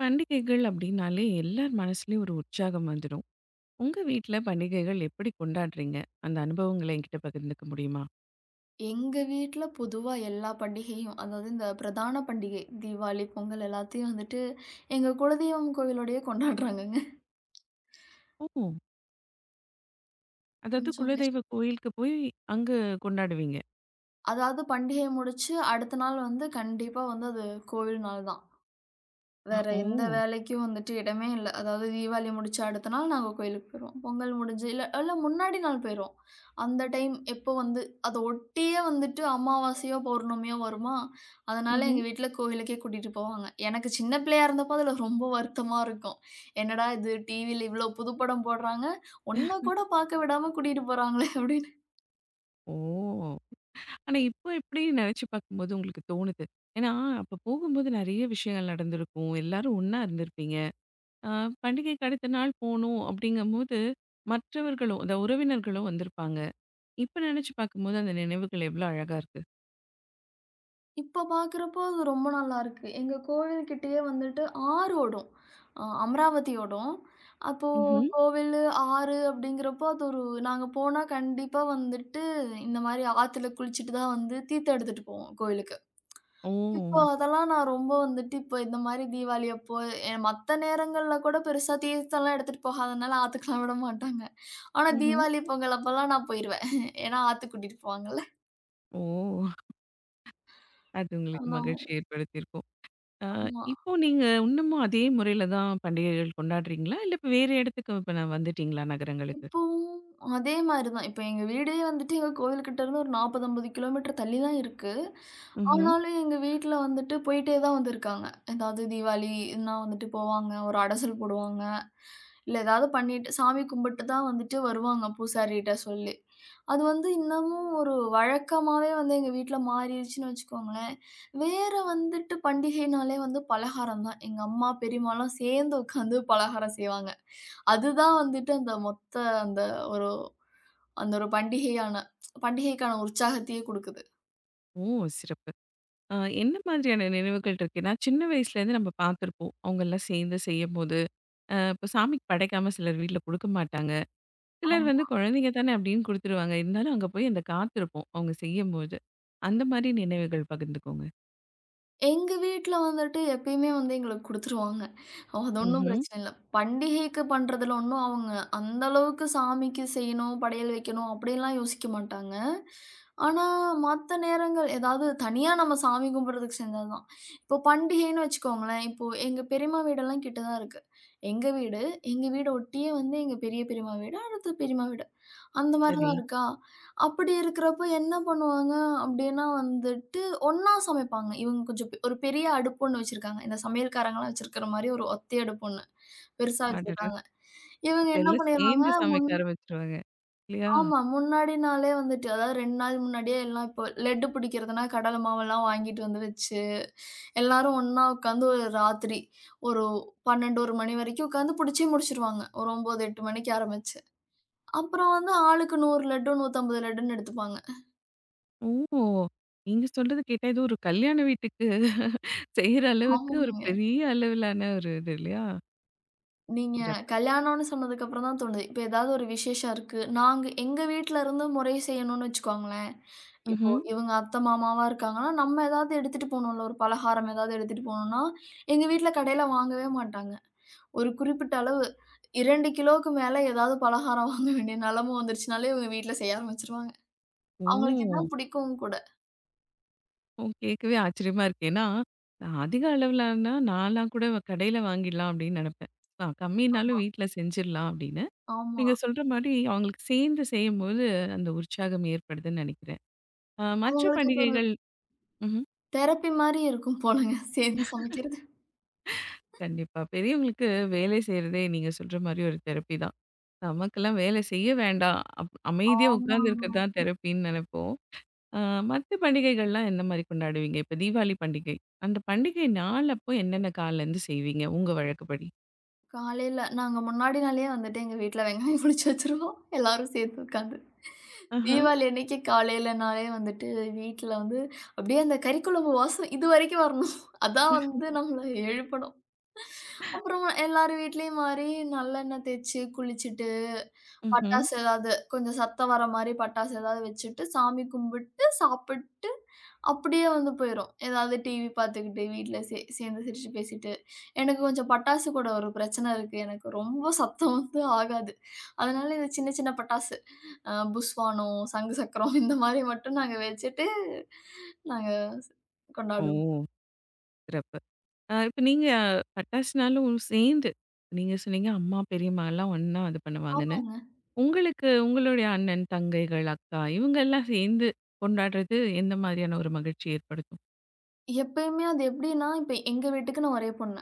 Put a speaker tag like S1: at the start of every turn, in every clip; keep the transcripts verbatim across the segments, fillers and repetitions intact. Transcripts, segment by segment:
S1: பண்டிகைகள் அப்படின்னாலே எல்லார் மனசுலயும் ஒரு உற்சாகம் வந்துடும். உங்க வீட்ல பண்டிகைகள் எப்படி கொண்டாடுறீங்க? அந்த அனுபவங்கள என்கிட்ட பகிர்ந்துக்க முடியுமா?
S2: எங்க வீட்ல பொதுவா எல்லா பண்டிகையும், அதாவது இந்த பிரதான பண்டிகை தீபாவளி, பொங்கல் எல்லாத்தையும் வந்துட்டு எங்க குலதெய்வம் கோவிலோடயே கொண்டாடுறாங்கங்க.
S1: ஓ! அதாவது
S2: கொஞ்சம்
S1: குலதெய்வ
S2: கஷ்டம்.
S1: கோயிலுக்கு போய் அங்க கொண்டாடுவீங்க.
S2: அதாவது பண்டிகைய முடிச்சு அடுத்த நாள் வந்து கண்டிப்பா வந்து அது கோவில் நாள் தான். வேற எந்த
S1: ஓ!
S2: வேலைக்கும் வந்துட்டு இடமே இல்ல. அதாவது தீபாவளி முடிச்ச அடுத்த நாள் நாங்க கோயிலுக்கு போயிருவோம். பொங்கல் முடிஞ்சு இல்ல இல்ல முன்னாடி நாள் போயிருவோம். அந்த டைம் எப்போ வந்து அத ஒட்டியே வந்துட்டு அமாவாசையோ, பௌர்ணமியோ வருமா, அதனால
S1: ம்ஹ்ம்.
S2: எங்க வீட்ல கோவிலுக்கே கூட்டிட்டு போவாங்க. எனக்கு சின்ன பிள்ளையா இருந்தப்போ அதுல ரொம்ப வருத்தமா இருக்கும். என்னடா இது டிவில இவ்ளோ புது படம் போடுறாங்க. ஒண்ணு கூட பார்க்க விடாம கூட்டிட்டு போறாங்களே!
S1: ஓ! ஆனா இப்போ எப்படி நெனச்சு பார்க்கும்போது உங்களுக்கு தோணுது? ஏன்னா, அப்ப போகும்போது நெறைய விஷயங்கள் நடந்திருக்கும். எல்லாரும் ஒண்ணா இருந்திருப்பீங்க. அ பண்டிகைக்கு அடுத்த நாள் போணும் அப்படிங்கும்போது, மற்றவர்களும், அந்த உறவினர்களும் வந்திருப்பாங்க. இப்ப நெனச்சு பார்க்கும்போது அந்த நினைவுகள் எவ்வளோ அழகா இருக்கு.
S2: இப்ப பார்க்குறப்போ அது ரொம்ப நல்லாருக்கு. எங்க கோவில்கிட்டயே வந்துட்டு ஆறு ஓடும். அ அமராவதி ஓடும். அப்போ கோவிலு, ஆறு அப்படிங்கிறப்போ அது ஒரு நாங்க போனா கண்டிப்பா வந்துட்டு இந்த மாரி ஆத்துல குளிச்சுட்டு தான் வந்து தீர்த்தம் எடுத்துட்டு போவோம் கோவிலுக்கு.
S1: ஓ!
S2: இப்போ அதெல்லாம் நான் ரொம்ப வந்துட்டு இப்போ இந்த மாரி தீபாவளி அப்போ எ மத்த நேரங்கள்ல கூட பெருசா தீர்த்தம்லாம் எடுத்துட்டு போகாதனால ஆத்துக்குலாம் விட மாட்டாங்க. ஆனா
S1: ம்ஹ்ம்.
S2: தீபாவளி, பொங்கல் அப்பலாம் நான் போயிருவேன். ஏன்னா ஆத்துக்கு கூட்டிட்டு போவாங்கல்ல.
S1: ஓ! அது உங்களுக்கு
S2: அந்த
S1: மகிழ்ச்சி
S2: மாரி.
S1: ஏற்படுத்தியிருக்கும். அ
S2: ஆமா.
S1: இப்போ நீங்க இன்னமும் அதே முறையில தான் பண்டிகைகள் கொண்டாடுறீங்களா? இல்ல இப்ப வேற இடத்துக்கு இப்ப நான் வந்துட்டீங்களா நகரங்களுக்கு?
S2: இப்பவும் அதே மாரி தான். இப்ப எங்க வீடே வந்துட்டு எங்க கோவிலுக்கிட்ட இருந்து ஒரு நாற்பது, ஐம்பது கிலோமீட்டர் தள்ளி தான் இருக்கு.
S1: ம்ஹ்ம்.
S2: ஆனாலும் எங்க வீட்ல வந்துட்டு போயிட்டே தான் வந்திருக்காங்க. ஏதாவது தீபாவளின்னா வந்துட்டு போவாங்க, ஒரு அடைசல் போடுவாங்க. இல்ல ஏதாவது பண்ணிட்டு சாமி கும்பிட்டு தான் வந்துட்டு வருவாங்க பூசாரிட்ட சொல்லி. அது வந்து இன்னமும் ஒரு வழக்கமாவே வந்து எங்க வீட்ல மாறிருச்சுன்னு வச்சுக்கோங்களேன். வேற வந்துட்டு பண்டிகைனாலே வந்து பலகாரம் தான். எங்க அம்மா, பெரியம்மாலாம் சேர்ந்து உட்காந்து பலகாரம் செய்வாங்க. அதுதான் வந்துட்டு அந்த மொத்த அந்த ஒரு அந்த ஒரு பண்டிகையான பண்டிகைக்கான உற்சாகத்தையே குடுக்குது.
S1: ஓ! சிறப்பு. அ என்ன மாதிரியான நினைவுகள் இருக்கு? ஏன்னா சின்ன வயசுலேருந்து நம்ம பார்த்துருப்போம். அவங்கலாம் சேர்ந்து செய்யும்போது, அ இப்போ சாமிக்கு படைக்காம சிலர் வீட்ல குடுக்க மாட்டாங்க. சிலர் வந்து
S2: ஆமா.
S1: குழந்தைங்க தானே அப்டின்னு குடுத்துருவாங்க. இருந்தாலும் அங்க போய் அந்த காத்திருப்போம் அவங்க செய்யும்போது. அந்த மாரி நினைவுகள் பகிர்ந்துக்கோங்க.
S2: எங்க வீட்ல வந்துட்டு எப்பயுமே வந்து எங்களுக்கு குடுத்துருவாங்க. ஓ, அது ஒண்ணும்
S1: ம்ஹ்ம்.
S2: பிரச்சனை இல்ல. பண்டிகைக்கு பண்றதுல ஒண்ணும் அவங்க அந்த அளவுக்கு சாமிக்கு செய்யணும், படையல் வைக்கணும் அப்படின்லாம் யோசிக்க மாட்டாங்க. ஆனா, மத்த நேரங்கள் ஏதாவது தனியா நம்ம சாமி கும்பிடுறதுக்கு செஞ்சா தான். இப்போ பண்டிகைன்னு வச்சுக்கோங்களேன், இப்போ எங்க பெரியம்மா வீடெல்லாம் கிட்ட தான் இருக்கு. எங்க வீடு, எங்க வீட ஒட்டியே வந்து எங்க பெரிய பெரியம்மா வீடு, அடுத்து பெரியம்மா வீடு. அந்த மாரி
S1: சரி.
S2: தான் இருக்கா? அப்படி இருக்கிறப்போ என்ன பண்ணுவாங்க அப்படின்னா வந்துட்டு, ஒண்ணா சமைப்பாங்க. இவங்க கொஞ்சம் பெ ஒரு பெரிய அடுப்பு ஒண்ணு வச்சிருக்காங்க. இந்த சமையல்காரங்கலாம் வச்சிருக்கிற மாரி ஒரு ஒத்தை அடுப்பு ஒண்ணு பெருசா
S1: அடடா!
S2: வச்சிருக்காங்க. இவங்க
S1: அப்ப
S2: என்ன
S1: எல்லாம்
S2: பண்ணிருவாங்க.
S1: சேர்ந்து சமைக்க ஆரம்பிச்சுருவாங்க. இல்லையா?
S2: ஆமா. முன்னாடி நாளே வந்துட்டு, அதாவது ரெண்டு நாள் முன்னாடியே எல்லாம் இப்போ லட்டு பிடிக்கிறதுனா, கடலை மாவெல்லாம் வாங்கிட்டு வந்து வச்சு, எல்லாரும் ஒண்ணா உட்காந்து ஒரு ராத்திரி ஒரு பன்னிரண்டு, ஒரு மணி வரைக்கும் உட்காந்து பிடிச்சே முடிச்சுருவாங்க. ஒரு ஒன்பது, எட்டு மணிக்கு ஆரம்பிச்சு. அப்புறம் வந்து ஆளுக்கு நூறு லட்டு, நூத்தி ஐம்பது லட்டுன்னு எடுத்துப்பாங்க.
S1: ஓ! நீங்க சொல்றது கேட்டா ஏதோ ஒரு கல்யாண வீட்டுக்கு செய்ற அளவுக்கு ஒரு
S2: ஆமாங்க.
S1: பெரிய அளவிலான ஒரு இது இல்லையா?
S2: நீங்க
S1: சிறப்பு.
S2: கல்யாணம்னு சொன்னதுக்கு அப்புறம் தான் தோணுது. இப்ப ஏதாவது ஒரு விசேஷம் இருக்கு. நாங்க எங்க வீட்ல இருந்து முறை செய்யணும்னு வச்சுக்கோங்களேன். இப்போ
S1: ம்ஹ்ம்.
S2: இவங்க அத்தை, மாமாவா இருக்காங்கன்னா, நம்ம ஏதாவது எடுத்துட்டு போணும்ல, ஒரு பலகாரம் ஏதாவது எடுத்துட்டு போணும்னா, எங்க வீட்ல கடையில வாங்கவே மாட்டாங்க. ஒரு குறிப்பிட்ட அளவு ரெண்டு கிலோவுக்கு மேல ஏதாவது பலகாரம் வாங்க வேண்டிய நிலைமை வந்துருச்சுனாலே, இவங்க வீட்ல செய்ய ஆரம்பிச்சுருவாங்க. அவங்களுக்கு
S1: ஓ!
S2: இதான் பிடிக்கவும் கூட.
S1: ஓ கேட்கவே ஆச்சரியமா இருக்கு. ஏன்னா, நான் அதிக அளவிலானா நான்லாம் கூட கடையில வாங்கிடலாம் அப்படின்னு நெனப்பேன். அ கம்மினாலும்
S2: ஆமா,
S1: வீட்ல செஞ்சிடலாம் அப்படின்னு.
S2: ஆமா.
S1: நீங்க சொல்ற மாரி அவங்களுக்கு சேர்ந்து செய்யும்போது அந்த உற்சாகம் ஏற்படுதுன்னு நெனைக்கிறேன். அ மற்ற
S2: அவங்களுக்கு அது ஒரு
S1: பண்டிகைகள் ம்ஹ்ம்.
S2: தெரப்பி மாரி இருக்கும் போலங்க. சேர்ந்து சமைக்கிறது.
S1: கண்டிப்பா. பெரியவங்களுக்கு வேலை செய்றதே நீங்க சொல்ற மாரி ஒரு தெரப்பி தான். நமக்கெல்லாம் வேலை செய்ய வேண்டாம். அப் அமைதியா உட்கார்ந்து இருக்கிறது
S2: ஆமாங்க.
S1: தான் தெரப்பின்னு நெனைப்போம். அ மத்த பண்டிகைகள்லாம் எந்த மாரி கொண்டாடுவீங்க? இப்ப தீபாவளி பண்டிகை. அந்த பண்டிகை நாள் அப்போ என்னென்ன காலைலருந்து செய்வீங்க? உங்க வழக்கப்படி.
S2: காலையில நாங்க முன்னாடி நாளே வந்துட்டு எங்க வீட்ல வெங்காயம் உரிச்சு வச்சுருவோம். எல்லாரும் சேர்ந்து உட்காந்து.
S1: ஆஹா.
S2: தீபாவளி அன்னைக்கு காலையிலனாலே வந்துட்டு வீட்ல வந்து அப்படியே அந்த கறிக்குழம்பு வாசம் இதுவரைக்கும் வரணும். அதான் வந்து நம்மள எழுப்பணும். அப்புறம் எல்லார் வீட்லயும் மாறி நல்லெண்ணெய் தேய்ச்சு குளிச்சுட்டு
S1: ம்ஹ்ம்.
S2: பட்டாசு ஏதாவது கொஞ்சம் சத்தம் வர மாரி பட்டாசு ஏதாவது வச்சுட்டு, சாமி கும்பிட்டு, சாப்பிட்டு, அப்படியே வந்து போயிரும். ஏதாவது டிவி பார்த்துக்கிட்டு, வீட்ல சே சேர்ந்து சிரிச்சு பேசிட்டு. எனக்கு கொஞ்சம் பட்டாசு கூட ஒரு பிரச்சனை இருக்கு. எனக்கு ரொம்ப சத்தம் வந்து ஆகாது. அதனால இந்த சின்ன சின்ன பட்டாசு, அ புஸ்வானம், சங்கு சக்கரம் இந்த மாரி மட்டும் நாங்க வச்சுட்டு, நாங்க
S1: ஓ!
S2: கொண்டாடுவோம்.
S1: சிறப்பு. அ இப்ப நீங்க பட்டாசுனாலும் சேர்ந்து, நீங்க சொன்னீங்க அம்மா, பெரியம்மாலாம் ஒண்ணா இது பண்ணுவாங்கன்னு.
S2: ஆமாங்க.
S1: உங்களுக்கு உங்களுடைய அண்ணன், தங்கைகள், அக்கா இவங்கெல்லாம் சேர்ந்து கொண்டாடுறது எந்த மாதிரியான ஒரு மகிழ்ச்சி ஏற்படுத்தும்?
S2: எப்பயுமே அது எப்படின்னா, இப்ப எங்க வீட்டுக்கு நான் ஒரே பொண்ணு.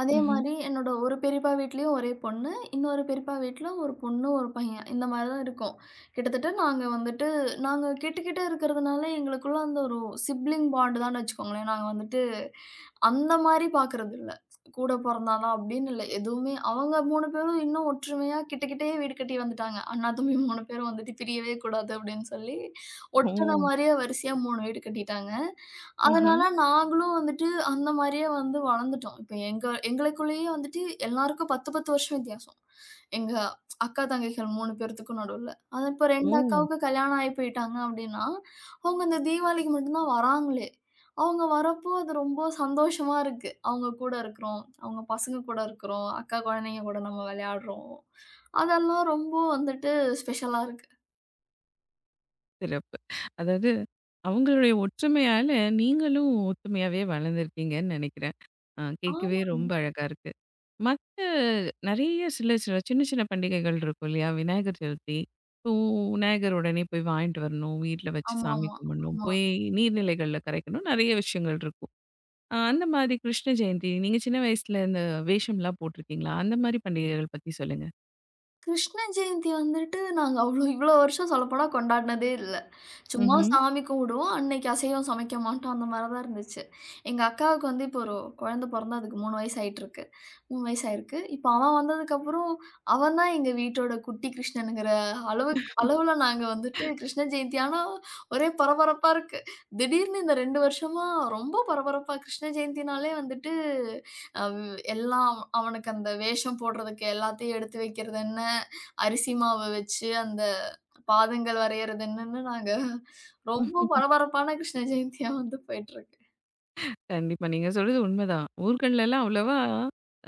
S2: அதே
S1: ம்ஹ்ம்.
S2: மாரி என்னோட ஒரு பெரியப்பா வீட்லயும் ஒரே பொண்ணு. இன்னொரு பெரியப்பா வீட்ல ஒரு பொண்ணு, ஒரு பையன். இந்த மாரி தான் இருக்கோம். கிட்டத்தட்ட நாங்க வந்துட்டு நாங்க கிட்ட கிட்ட இருக்கிறதுனால எங்களுக்குள்ள அந்த ஒரு சிப்லிங் பாண்ட் தான்னு வச்சுக்கோங்களேன். நாங்க வந்துட்டு அந்த மாரி பார்க்கறது இல்ல. கூட பொறந்தா தான் அப்படின்னு இல்ல. எதுவுமே அவங்க மூணு பேரும் இன்னும் ஒற்றுமையா கிட்ட கிட்டயே வீடு கட்டி வந்துட்டாங்க. அண்ணா, தம்பி மூணு பேரும் வந்துட்டு பிரியவே கூடாது அப்படின்னு சொல்லி ஒட்டுன
S1: ஓ!
S2: மாரியே வரிசையா மூணு வீடு கட்டிட்டாங்க.
S1: ஆஹா.
S2: அதனால நாங்களும் வந்துட்டு அந்த மாரியே வந்து வளர்ந்துட்டோம். இப்ப எங்க எங்களுக்குள்ளேயே வந்துட்டு எல்லாருக்கும் பத்து, பத்து வருஷம் வித்தியாசம். எங்க அக்கா, தங்கைகள் மூணு பேர்த்துக்கும் நடுவுல. அது இப்ப ரெண்டு
S1: ஓ!
S2: அக்காவுக்கு கல்யாணம் ஆயி போயிட்டாங்க அப்டின்னா, அவங்க இந்த தீபாவளிக்கு மட்டும் தான் வராங்களே! அவங்க வரப்போ அது ரொம்ப சந்தோஷமா இருக்கு. அவங்க கூட இருக்கிறோம், அவங்க பசங்க கூட இருக்கிறோம், அக்கா குழந்தைங்க கூட நம்ம விளையாடுறோம். அதெல்லாம் ரொம்ப வந்துட்டு ஸ்பெஷலா இருக்கு.
S1: சிறப்பு. அதாவது அவங்களுடைய ஒற்றுமையால நீங்களும் ஒத்துமையாவே வளர்ந்துருக்கீங்கன்னு நெனைக்கிறேன். அ கேட்கவே
S2: ஆமாங்க.
S1: ரொம்ப அழகா இருக்கு. மத்த நெறைய சில சில சின்ன சின்ன பண்டிகைகள் இருக்கும் இல்லையா? விநாயகர் சதுர்த்தி. இப்போ விநாயகர் உடனே போய் வாங்கிட்டு வரணும். வீட்ல வச்சு சாமி
S2: ஆமாமா.
S1: கும்பிடணும்.
S2: ஆமா. ஆமா.
S1: போய் நீர்நிலைகள்ல கரைக்கணும். நெறைய விஷயங்கள் இருக்கும். அ அந்த மாதிரி கிருஷ்ண ஜெயந்தி நீங்க சின்ன வயசுல இந்த வேஷம்லாம் போட்டிருக்கீங்களா? அந்த மாரி பண்டிகைகள் பத்தி சொல்லுங்க.
S2: கிருஷ்ண ஜெயந்தி வந்துட்டு நாங்க அவ்ளோ இவ்ளோ வருஷம் சொல்லப்போனா கொண்டாடினதே இல்ல. சும்மா
S1: ம்ஹ்ம்.
S2: சாமி கும்பிடுவோம். அன்னைக்கு அசைவம் சமைக்க மாட்டோம். அந்த மாரி தான் இருந்துச்சு. எங்க அக்காவுக்கு வந்து இப்போ ஒரு குழந்தை பொறந்து அதுக்கு மூணு வயசு ஆயிட்டுருக்கு. மூணு வயசு ஆயிருக்கு. இப்ப அவன் வந்ததுக்கப்புறம், அவன் தான் எங்க வீட்டோட குட்டி கிருஷ்ணனுங்கிற அளவுக்கு அளவுல நாங்க வந்துட்டு கிருஷ்ண ஜெயந்தி ஆனா ஒரே பரபரப்பா இருக்கு. திடீர்னு இந்த ரெண்டு வருஷமா ரொம்ப பரபரப்பா கிருஷ்ண ஜெயந்தினாலே வந்துட்டு அவ் எல்லாம் அவனுக்கு அந்த வேஷம் போடுறதுக்கு எல்லாத்தையும் எடுத்து வைக்கிறது என்ன, அரிசி மாவு வச்சு அந்த பாதங்கள் வரையறது என்னன்னு நாங்க ரொம்ப பரபரப்பான கிருஷ்ண ஜெயந்தியா வந்து போயிட்டுருக்கு.
S1: கண்டிப்பா. நீங்க சொல்றது உண்மைதான். ஊர்கள்லலாம் அவ்வளவா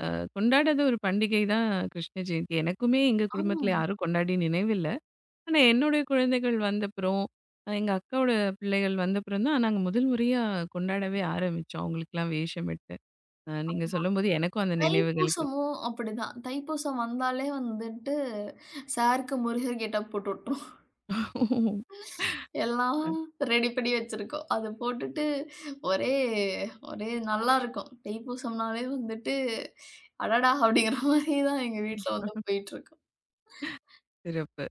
S1: அ கொண்டாடாத ஒரு பண்டிகை தான் கிருஷ்ண ஜெயந்தி. எனக்குமே எங்க குடும்பத்தில
S2: ஆமாங்க.
S1: யாரும் கொண்டாடி நினைவில்ல. ஆனா என்னுடைய குழந்தைகள் வந்தப்புறம், அ எங்க அக்காவோட பிள்ளைகள் வந்தப்புறம் தான் நாங்க முதல் முறையா கொண்டாடவே ஆரம்பிச்சோம். அவங்களுக்கெல்லாம் வேஷமிட்டு. அ நீங்க சொல்லும்போது எனக்கும் அந்த நினைவுகளுக்கு
S2: தைப்பூசமும் அப்படிதான். தைப்பூசம் வந்தாலே வந்துட்டு, சாருக்கு முருகர் கெட்டப் போட்டு விட்டுருவோம். எல்லாம்
S1: அ
S2: ரெடி பண்ணி வச்சிருக்கோம். அது போட்டுட்டு ஒரே ஒரே நல்லாருக்கும். தைப்பூசம்னாலே வந்துட்டு, அடடா! அப்படிங்கிற மாரி தான் எங்க வீட்ல வந்து போயிட்டுருக்கும்.
S1: சிறப்பு.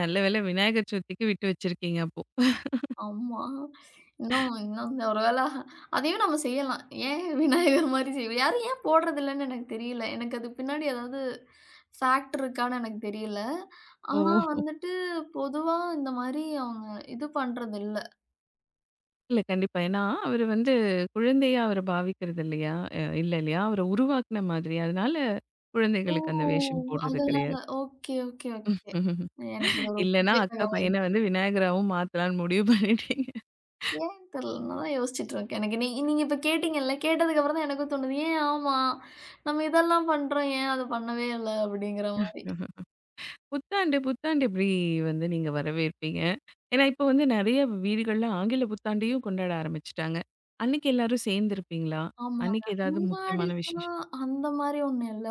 S1: நல்ல வேளை விநாயகர் சதுர்த்திக்கு விட்டு வச்சிருக்கீங்க அப்போ.
S2: ஆமா. இன்னும் இன்னும் ஒரு வேள அதையும் நம்ம செய்யலாம். ஏன் விநாயகர் மாரி செய்வோம். யாரும் ஏன் போடுறதில்லன்னு எனக்கு தெரியல. எனக்கு அது பின்னாடி ஏதாவது ஃபேக்ட் இருக்கான்னு எனக்கு தெரியல.
S1: ஓ!
S2: ஆனா வந்துட்டு பொதுவா இந்த மாரி அவங்க இது பண்றதில்ல.
S1: இல்ல கண்டிப்பா. ஏன்னா, அவரு வந்து குழந்தையா அவர பாவிக்கிறது இல்லையா? அ இல்ல இல்லையா? அவர உருவாக்குன மாதிரி. அதனால
S2: ஓ!
S1: குழந்தைகளுக்கு அந்த வேஷம் போடுறது
S2: அதனால.
S1: கிடையாது.
S2: Okay, okay, okay. எனக்கு இது ஒரு
S1: இல்லன்னா,
S2: புதிய
S1: அக்கா
S2: தகவல்.
S1: பையன வந்து விநாயகராவும் மாத்தலாம்னு முடிவு பண்ணிட்டீங்க.
S2: ஏன் தெரியல. நான் தான் யோசிச்சுட்டு இருக்கேன். எனக்கு நீ நீங்க இப்ப கேட்டீங்கல்ல, கேட்டதுக்கு அப்புறம் தான் எனக்கும் தோணுது. ஏன் ஆமா. நம்ம இதெல்லாம் பண்றோம். ஏன் அது பண்ணவே இல்ல? அப்படிங்கிற மாரி.
S1: புத்தாண்டு புத்தாண்டு எப்படி வந்து நீங்க வரவேற்பீங்க? ஏன்னா, இப்போ வந்து நெறைய வீடுகள்ல ஆங்கில புத்தாண்டையும் கொண்டாட ஆரம்பிச்சுட்டாங்க. அன்னைக்கு எல்லாரும் சேர்ந்திருப்பீங்களா?
S2: ஆமாங்க.
S1: அன்னைக்கு ஏதாவது முக்கியமான விசேஷம்?
S2: முன்னாடிலாம் அந்த மாரி ஒண்ணும் இல்ல.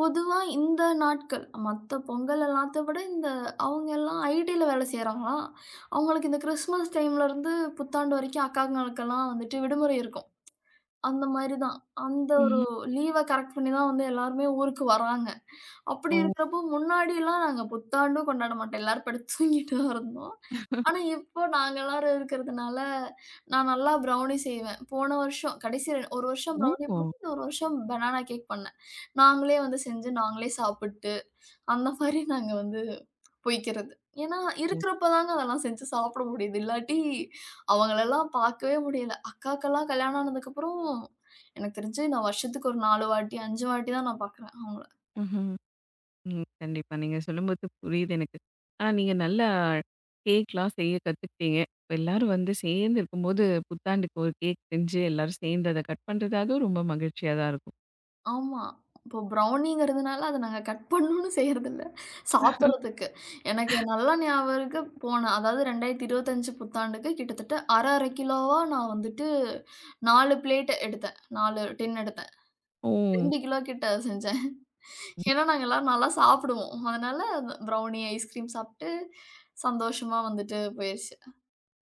S2: பொதுவா இந்த நாட்கள் மத்த பொங்கல் எல்லாத்த விட இந்த அவங்க எல்லாம் ஐடில வேலை செய்றாங்களா, அவங்களுக்கு இந்த கிறிஸ்மஸ் டைம்லருந்து புத்தாண்டு வரைக்கும் அக்காங்களுக்கெல்லாம் வந்துட்டு விடுமுறை இருக்கும். அந்த மாரி தான். அந்த ஒரு
S1: ம்ஹ்ம்.
S2: லீவ கரெக்ட் பண்ணி தான் வந்து எல்லாருமே ஊருக்கு வராங்க. அப்படி
S1: ஓ!
S2: இருக்கிறப்போ முன்னாடிலாம் நாங்க புத்தாண்டும் கொண்டாட மாட்டோம். எல்லாரும் படுத்து தூங்கிட்டு தான் இருந்தோம். ஆனா, இப்போ நாங்க எல்லாரும் இருக்கிறதுனால, நான் நல்லா ப்ரௌனி செய்வேன். போன வருஷம் கடைசி ஒரு வருஷம் ப்ரௌனி
S1: ஓ!
S2: பண்ணேன். ஒரு வருஷம் பனானா கேக் பண்ணேன். நாங்களே வந்து செஞ்சு, நாங்களே சாப்பிட்டு, அந்த மாரி நாங்க வந்து போய்க்கிறது. ஏன்னா, இருக்கிறப்ப தாங்க அதெல்லாம் செஞ்சு சாப்பிட முடியுது. இல்லாட்டி அவங்களெல்லாம் பார்க்கவே முடியல. அக்காக்கெல்லாம் கல்யாணம் ஆனதுக்கப்புறம், எனக்கு தெரிஞ்சு நான் வருஷத்துக்கு ஒரு நாலு வாட்டி, அஞ்சு வாட்டி தான் நான் பார்க்குறேன் அவங்கள.
S1: ம்ஹ்ம். ம். கண்டிப்பா. நீங்க சொல்லும்போது புரியுது எனக்கு. ஆனா, நீங்க நல்லா கேக்லாம் செய்ய கத்துக்கிட்டீங்க. இப்ப எல்லாரும் வந்து சேர்ந்து இருக்கும்போது, புத்தாண்டுக்கு ஒரு கேக் செஞ்சு எல்லாரும் சேர்ந்து அத கட் பண்றது, அதுவும் ரொம்ப மகிழ்ச்சியா தான் இருக்கும்.
S2: ஆமா. இப்போ ப்ரௌனிங்கிறதுனால அத நாங்க கட் பண்ணணும்னு செய்றதில்ல. சாப்பிடுறதுக்கு. எனக்கு நல்லா ஞாபகம் இருக்கு போன அதாவது இரண்டாயிரத்து இருபத்தி ஐந்து புத்தாண்டுக்கு கிட்டத்தட்ட அரை அரை கிலோவா நான் வந்துட்டு நாலு பிளேட் எடுத்தேன். நாலு டின் எடுத்தேன்.
S1: ஓ!
S2: ரெண்டு கிலோ கிட்ட செஞ்சேன். ஏன்னா
S1: ம்.
S2: நாங்க எல்லாரும் நல்லா சாப்பிடுவோம். அதனால ப்ரௌனி, ஐஸ்கிரீம் சாப்பிட்டு சந்தோஷமா வந்துட்டு போயிருச்சு.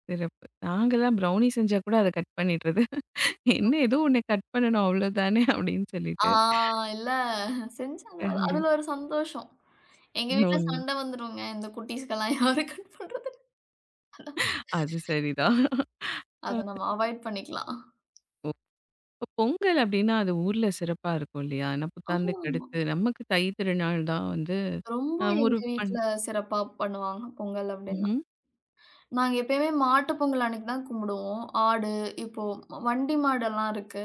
S1: சிறப்பு. நாங்கலாம் ப்ரௌனி செஞ்சா கூட அத கட் பண்ணிடுறது. "என்ன ஏதோ ஒண்ணு கட் பண்ணணும் அவ்ளோதானே" அப்டின்னு
S2: ஆ
S1: சொல்லிட்டு.
S2: இல்ல செஞ்சேன். அது-
S1: கண்டிப்
S2: அதுல ஒரு சந்தோஷம். எங்க வீட்ல
S1: உண்ம.
S2: சண்டை வந்துருங்க. இந்த குட்டீஸ்க்கெல்லாம் யாரு கட் பண்றது?
S1: அது சரிதான்.
S2: அத
S1: அ
S2: நம்ம அவாய்ட் பண்ணிக்கலாம்.
S1: இப்ப பொங்கல் அப்டின்னா, அது ஊர்ல சிறப்பா இருக்கும் இல்லையா? ஏன்னா
S2: ஆனா,
S1: புத்தாண்டுக்கு அடுத்து நமக்கு தை திருநாள் தான் வந்து
S2: ரொம்ப
S1: அ ஒரு
S2: எங்க
S1: பண்
S2: வீட்ல சிறப்பா பண்ணுவாங்க பொங்கல் அப்டின்னா.
S1: ம்ஹ்ம்.
S2: நாங்க எப்பயுமே மாட்டு பொங்கல் அன்னைக்கு தான் கும்பிடுவோம். ஆடு இப்போ வண்டி மாடெல்லாம் இருக்கு.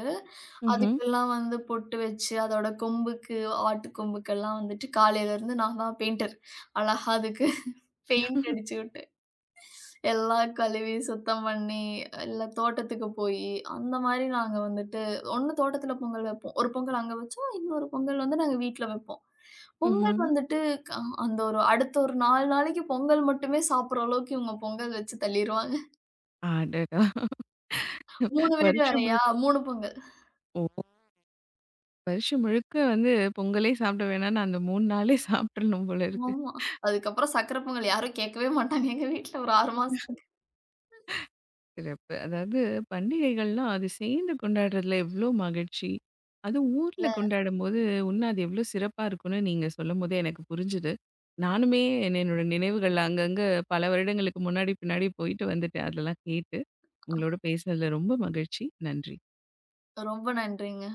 S1: ம்ஹ்ம்.
S2: அதுக்கெல்லாம் வந்து பொட்டு வச்சு, அதோட கொம்புக்கு, ஆட்டு கொம்புக்கெல்லாம் வந்துட்டு காலையிலருந்து நான் தான் பெயிண்டர். அழகா அதுக்கு பெயிண்ட் அடிச்சு விட்டு எல்லாம் கழுவி சுத்தம் பண்ணி, இல்ல தோட்டத்துக்கு போயி, அந்த மாரி நாங்க வந்துட்டு ஒரு தோட்டத்துல பொங்கல் வைப்போம். ஒரு பொங்கல் அங்க வச்சோம். இன்னொரு பொங்கல் வந்து நாங்க வீட்ல வைப்போம். பொங்கல்
S1: ம்ஹ்ம்.
S2: வந்துட்டு க அந்த ஒரு அடுத்த ஒரு நாலு நாளைக்கு பொங்கல் மட்டுமே சாப்பிடுற அளவுக்கு இவங்க பொங்கல் வச்சு தள்ளிருவாங்க.
S1: அடடா!
S2: மூணு வீடு
S1: வருஷம்
S2: வேறயா?
S1: முழுக்க
S2: மூணு பொங்கல்.
S1: ஓ! வருஷம் முழுக்க வந்து பொங்கலே சாப்பிட வேணாம்னு அந்த மூணு நாளே சாப்பிட்றணும் போல இருக்கு.
S2: ஆமா. அதுக்கப்புறம் சர்க்கரை பொங்கல் யாரும் கேட்கவே மாட்டாங்க எங்க வீட்ல ஒரு ஆறு மாசத்துல.
S1: சிறப்பு. அதாவது பண்டிகைகள்லாம் அது சேர்ந்து கொண்டாடுறதுல எவ்ளோ மகிழ்ச்சி. அதுவும் ஊர்ல கொண்டாடும்போது இன்னும் அது எவ்ளோ சிறப்பா இருக்கும்னு நீங்க சொல்லும்போதே எனக்கு புரிஞ்சுது. நானுமே என்ன என்னோட நினைவுகள் அங்கங்க பல வருடங்களுக்கு முன்னாடி பின்னாடி போயிட்டு வந்துட்டேன். அதெல்லாம் கேட்டு. உங்களோட பேசினதுல ரொம்ப மகிழ்ச்சி. நன்றி.
S2: ரொம்ப நன்றிங்க.